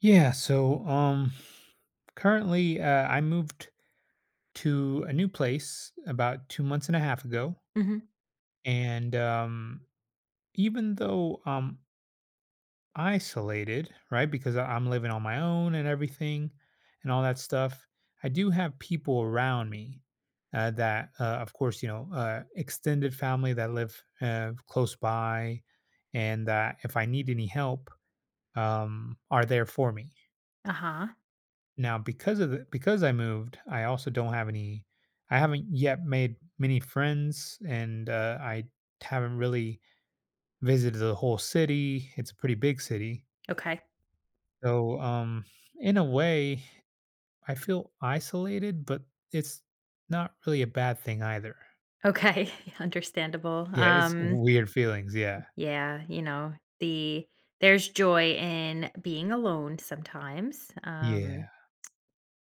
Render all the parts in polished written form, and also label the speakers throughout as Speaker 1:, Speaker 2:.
Speaker 1: Yeah, so currently I moved to a new place about 2 months and a half ago,
Speaker 2: Mhm.
Speaker 1: and even though I'm isolated, right? Because I'm living on my own and everything and all that stuff, I do have people around me, that of course, extended family that live close by and that if I need any help, are there for me.
Speaker 2: Uh-huh.
Speaker 1: Now because of the because I moved, I also don't have any, I haven't yet made many friends, and, I haven't really visited the whole city. It's a pretty big city.
Speaker 2: Okay.
Speaker 1: So, in a way, I feel isolated, but it's not really a bad thing either.
Speaker 2: Okay. Understandable.
Speaker 1: Yeah, it's weird feelings, yeah.
Speaker 2: Yeah, you know, the there's joy in being alone sometimes.
Speaker 1: Yeah,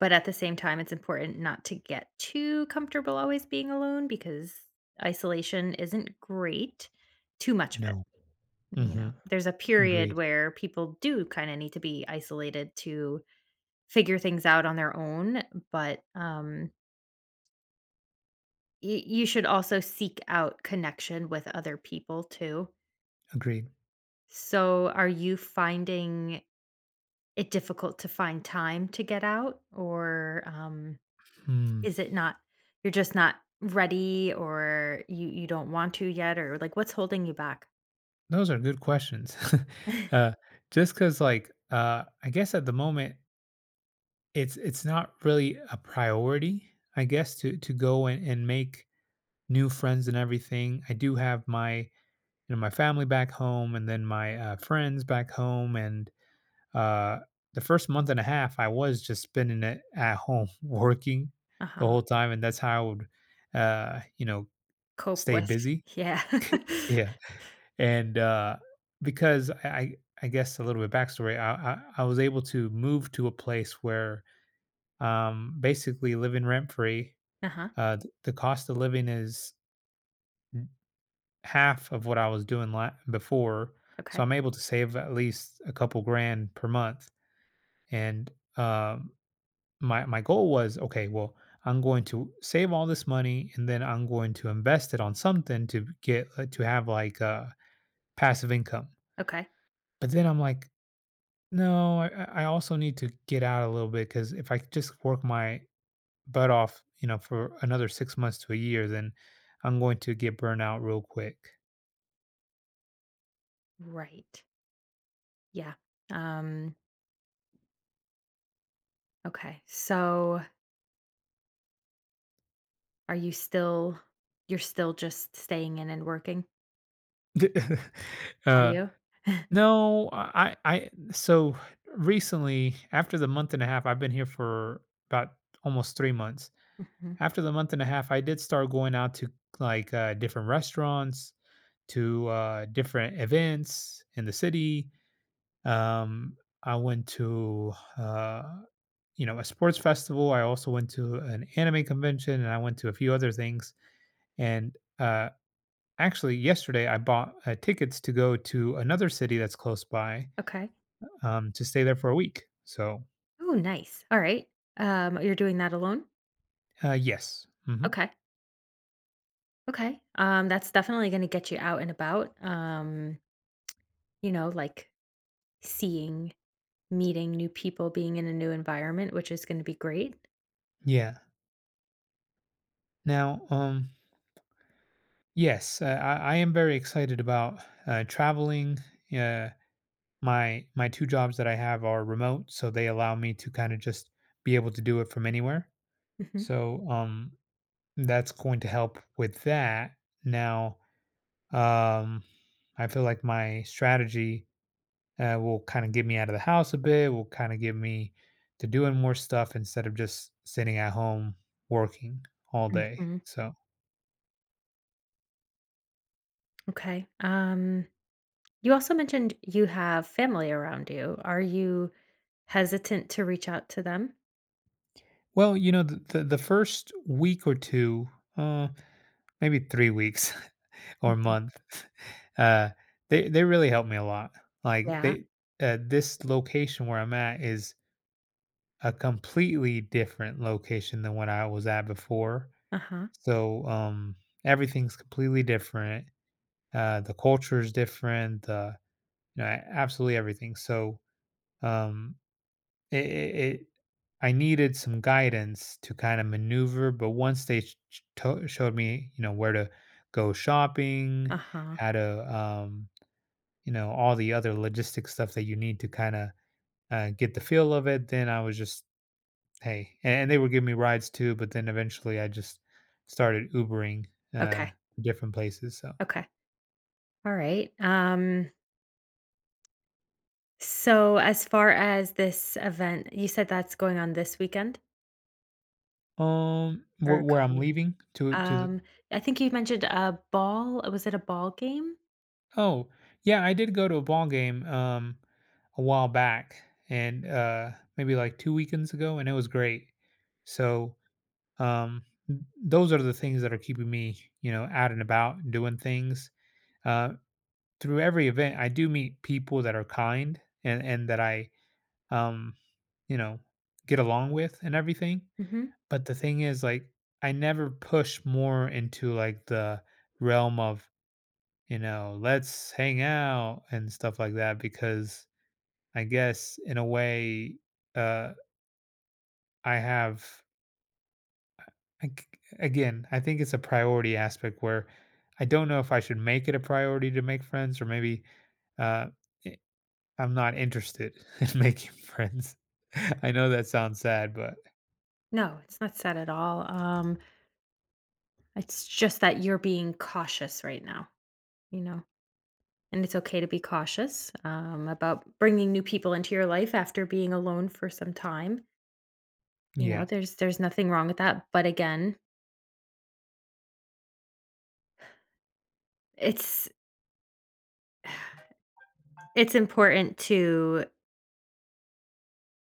Speaker 2: But at the same time, it's important not to get too comfortable always being alone because isolation isn't great. Too much of it.
Speaker 1: no.
Speaker 2: You know,
Speaker 1: Mhm.
Speaker 2: there's a period
Speaker 1: Agreed,
Speaker 2: where people do kind of need to be isolated to figure things out on their own. But you should also seek out connection with other people too.
Speaker 1: agreed.
Speaker 2: So, are you finding it difficult to find time to get out, or
Speaker 1: Hmm,
Speaker 2: is it not? You're just not ready, or you don't want to yet, or like what's holding you back?
Speaker 1: those are good questions. Uh, just because, I guess at the moment it's not really a priority, I guess, to go and make new friends and everything. I do have my my family back home, and then my friends back home, and uh, the first month and a half I was just spending it at home working
Speaker 2: Uh
Speaker 1: the
Speaker 2: huh.
Speaker 1: whole time, and that's how I would uh, you know
Speaker 2: Cope
Speaker 1: stay
Speaker 2: with.
Speaker 1: busy.
Speaker 2: Yeah.
Speaker 1: Yeah, and because I guess a little bit backstory, I was able to move to a place where basically living rent free.
Speaker 2: Uh huh.
Speaker 1: The cost of living is n- half of what I was doing before, so
Speaker 2: Okay.
Speaker 1: I'm able to save at least a couple grand per month. And, um, my my goal was, okay, well, I'm going to save all this money, and then I'm going to invest it on something to get to have passive income.
Speaker 2: Okay.
Speaker 1: But then I'm like, no, I also need to get out a little bit because if I just work my butt off, you know, for another 6 months to a year, then I'm going to get burned out real quick.
Speaker 2: Right. Yeah. Um. Okay. So, are you still? You're still just staying in and working. Are
Speaker 1: uh,
Speaker 2: you?
Speaker 1: no, so recently, after the month and a half, I've been here for about almost 3 months.
Speaker 2: Mhm.
Speaker 1: After the month and a half, I did start going out to different restaurants, to different events in the city. Um, I went to, a sports festival. I also went to an anime convention, and I went to a few other things. And actually, yesterday I bought tickets to go to another city that's close by,
Speaker 2: Okay.
Speaker 1: to stay there for a week. So
Speaker 2: Oh, nice. All right. You're doing that alone?
Speaker 1: yes, hmm,
Speaker 2: Okay. Okay. That's definitely going to get you out and about. You know, like seeing, meeting new people, being in a new environment, which is going to be great.
Speaker 1: yeah. Now, yes, I am very excited about traveling. Uh, my my two jobs that I have are remote, so they allow me to kind of just be able to do it from anywhere.
Speaker 2: Hmm.
Speaker 1: So, that's going to help with that. Now, um, I feel like my strategy will kind of get me out of the house a bit, will kind of get me to doing more stuff instead of just sitting at home working all day.
Speaker 2: Hmm.
Speaker 1: So,
Speaker 2: Okay. You also mentioned you have family around you. Are you hesitant to reach out to them?
Speaker 1: well, you know, the first week or two, uh, maybe 3 weeks or
Speaker 2: Mhm.
Speaker 1: month, uh, they really helped me a lot. Like,
Speaker 2: Yeah.
Speaker 1: they, this location where I'm at is a completely different location than what I was at before.
Speaker 2: Uh huh.
Speaker 1: So, everything's completely different. The culture is different. The, absolutely everything. So, um, it, it, it I needed some guidance to kind of maneuver. But once they showed me, you know, where to go shopping,
Speaker 2: Uh huh.
Speaker 1: how to, all the other logistic stuff that you need to kind of get the feel of it, then I was just, hey. And they were giving me rides too, but then eventually I just started Ubering, uh,
Speaker 2: Okay.
Speaker 1: different places. So
Speaker 2: Okay. All right. So, as far as this event, you said that's going on this weekend
Speaker 1: Um,
Speaker 2: or
Speaker 1: where
Speaker 2: a
Speaker 1: where
Speaker 2: couple
Speaker 1: I'm
Speaker 2: weeks.
Speaker 1: leaving to the,
Speaker 2: Um, I think you mentioned a ball. Was it a ball game?
Speaker 1: oh, yeah, I did go to a ball game, a while back and, maybe, like, 2 weekends ago, and it was great. So, th those are the things that are keeping me, you know, out and about doing things. Uh, through every event, I do meet people that are kind and that I, um, you know, get along with and everything.
Speaker 2: Hmm.
Speaker 1: But the thing is, like, I never push more into like the realm of, you know, let's hang out and stuff like that because I guess in a way, uh, I have, I c- again, I think it's a priority aspect where I don't know if I should make it a priority to make friends or maybe uh, i- I'm not interested in making friends. I know that sounds sad, but
Speaker 2: No, it's not sad at all. It's just that you're being cautious right now, you know? And it's okay to be cautious about bringing new people into your life after being alone for some time. You know,
Speaker 1: yeah.
Speaker 2: there's nothing wrong with that. But again, it's it's important to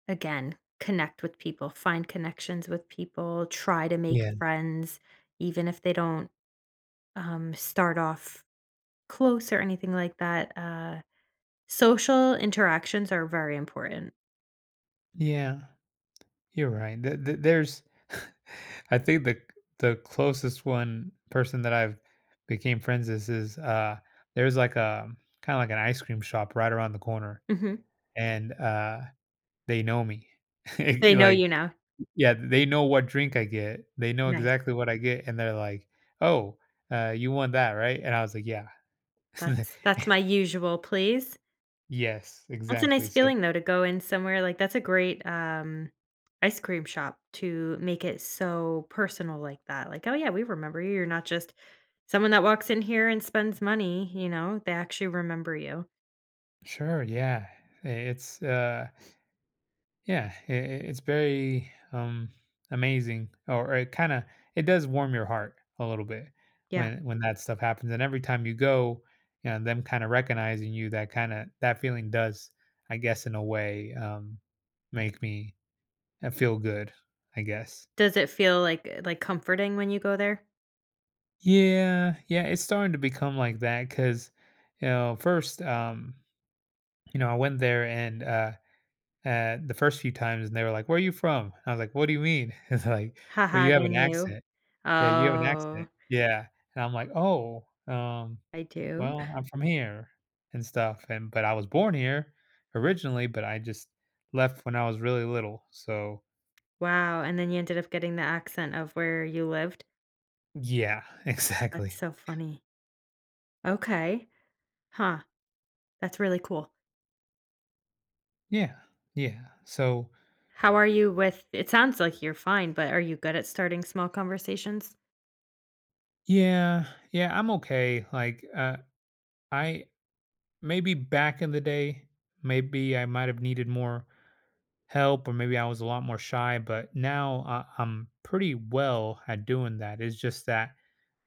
Speaker 2: again connect with people, find connections with people, try to make friends, even if they don't start off close or anything like that. Social interactions are very important.
Speaker 1: Yeah, you're right. Th th there's I think the closest one person that I've became friends with is there's like a kind of like an ice cream shop right around the corner,
Speaker 2: Mhm.
Speaker 1: and they know me. It-
Speaker 2: They know you
Speaker 1: like,
Speaker 2: now.
Speaker 1: yeah, they know what drink I get. They know
Speaker 2: Nice.
Speaker 1: exactly what I get, and they're like, "Oh, you want that, right?" And I was like, "Yeah."
Speaker 2: That's that's my usual, please.
Speaker 1: Yes,
Speaker 2: That's a
Speaker 1: exactly.
Speaker 2: nice
Speaker 1: So
Speaker 2: feeling though to go in somewhere like that's a great ice cream shop to make it so personal like that. Like, oh yeah, we remember you. You're not just someone that walks in here and spends money, you know. They actually remember you.
Speaker 1: sure, yeah. It's Yeah, I it's very amazing, or it kind of, it does warm your heart a little bit
Speaker 2: Yeah.
Speaker 1: when that stuff happens. And every time you go, you know, them kind of recognizing you, that kind of that feeling does, I guess, in a way, make me feel good, I guess.
Speaker 2: Does it feel like comforting when you go there?
Speaker 1: Yeah, yeah, it's starting to become like that because, you know, first, I went there and, the first few times, and they were like, "Where are you from?" I was like, "What do you mean?" It's like, "Well,
Speaker 2: Haha,
Speaker 1: you have
Speaker 2: they
Speaker 1: an
Speaker 2: knew.
Speaker 1: accent." Yeah, you have an
Speaker 2: Oh,
Speaker 1: accent. Yeah, and I'm like, "Oh,
Speaker 2: I do.
Speaker 1: well, I'm from here and stuff," and but I was born here originally, but I just left when I was really little. So
Speaker 2: Wow, and then you ended up getting the accent of where you lived.
Speaker 1: yeah,
Speaker 2: That's
Speaker 1: exactly.
Speaker 2: so funny. Okay. Huh. That's really cool.
Speaker 1: Yeah, yeah. So,
Speaker 2: How are you with it sounds like you're fine, but are you good at starting small conversations?
Speaker 1: yeah, yeah, I'm okay, I, maybe back in the day, maybe I might have needed more help, or maybe I was a lot more shy, but now I'm pretty well at doing that. It's just that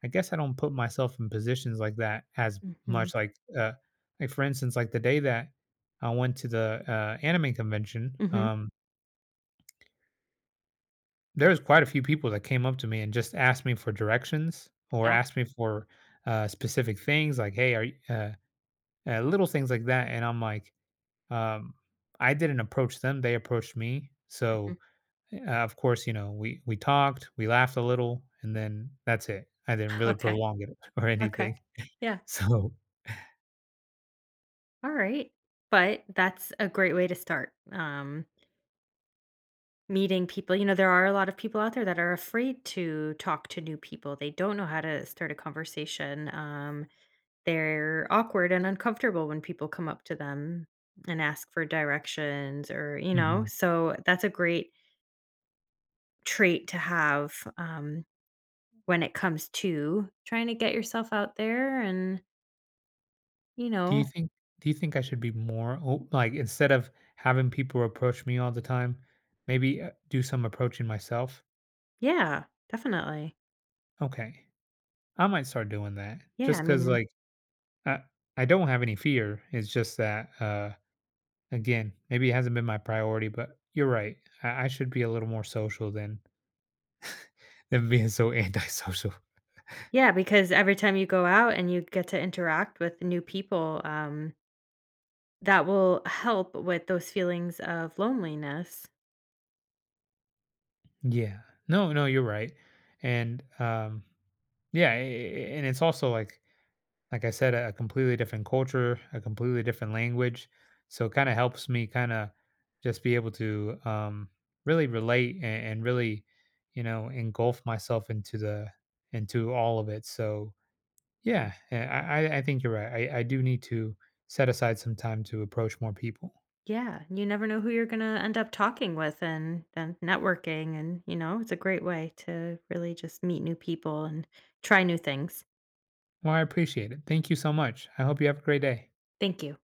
Speaker 1: I guess I don't put myself in positions like that as
Speaker 2: Mhm.
Speaker 1: much. Like for instance, like the day that I went to the anime convention,
Speaker 2: Mhm.
Speaker 1: there was quite a few people that came up to me and just asked me for directions or
Speaker 2: Yeah.
Speaker 1: asked me for specific things, like, "Hey, are you, little things like that?" And I'm like, um, I didn't approach them; they approached me. So,
Speaker 2: Mhm.
Speaker 1: of course, you know, we talked, we laughed a little, and then that's it. I didn't really
Speaker 2: Okay.
Speaker 1: prolong it or
Speaker 2: Okay.
Speaker 1: anything.
Speaker 2: Yeah.
Speaker 1: So.
Speaker 2: All right. But that's a great way to start. Meeting people. You know, there are a lot of people out there that are afraid to talk to new people. They don't know how to start a conversation. They're awkward and uncomfortable when people come up to them and ask for directions or, you know,
Speaker 1: mhm.
Speaker 2: so that's a great trait to have. Um, When it comes to trying to get yourself out there and, you
Speaker 1: Do you
Speaker 2: know.
Speaker 1: think do you think I should be more, o, like, instead of having people approach me all the time, maybe, do some approaching myself?
Speaker 2: Yeah, definitely.
Speaker 1: Okay. I might start doing that
Speaker 2: Yeah, I
Speaker 1: just because,
Speaker 2: mean.
Speaker 1: like, I I don't have any fear. It's just that, again, maybe it hasn't been my priority, but you're right. I should be a little more social than being so antisocial.
Speaker 2: Yeah, because every time you go out and you get to interact with new people, that will help with those feelings of loneliness.
Speaker 1: Yeah. No, no, you're right. And, yeah, a and it's also like I said, a completely different culture, a completely different language. So it kind of helps me kind of just be able to really relate and really, you know, engulf myself into the into all of it. So yeah, I think you're right. I do need to set aside some time to approach more people.
Speaker 2: Yeah, you never know who you're gonna end up talking with and networking and, you know, it's a great way to really just meet new people and try new things.
Speaker 1: Well, I appreciate it. Thank you so much. I hope you have a great day.
Speaker 2: Thank you.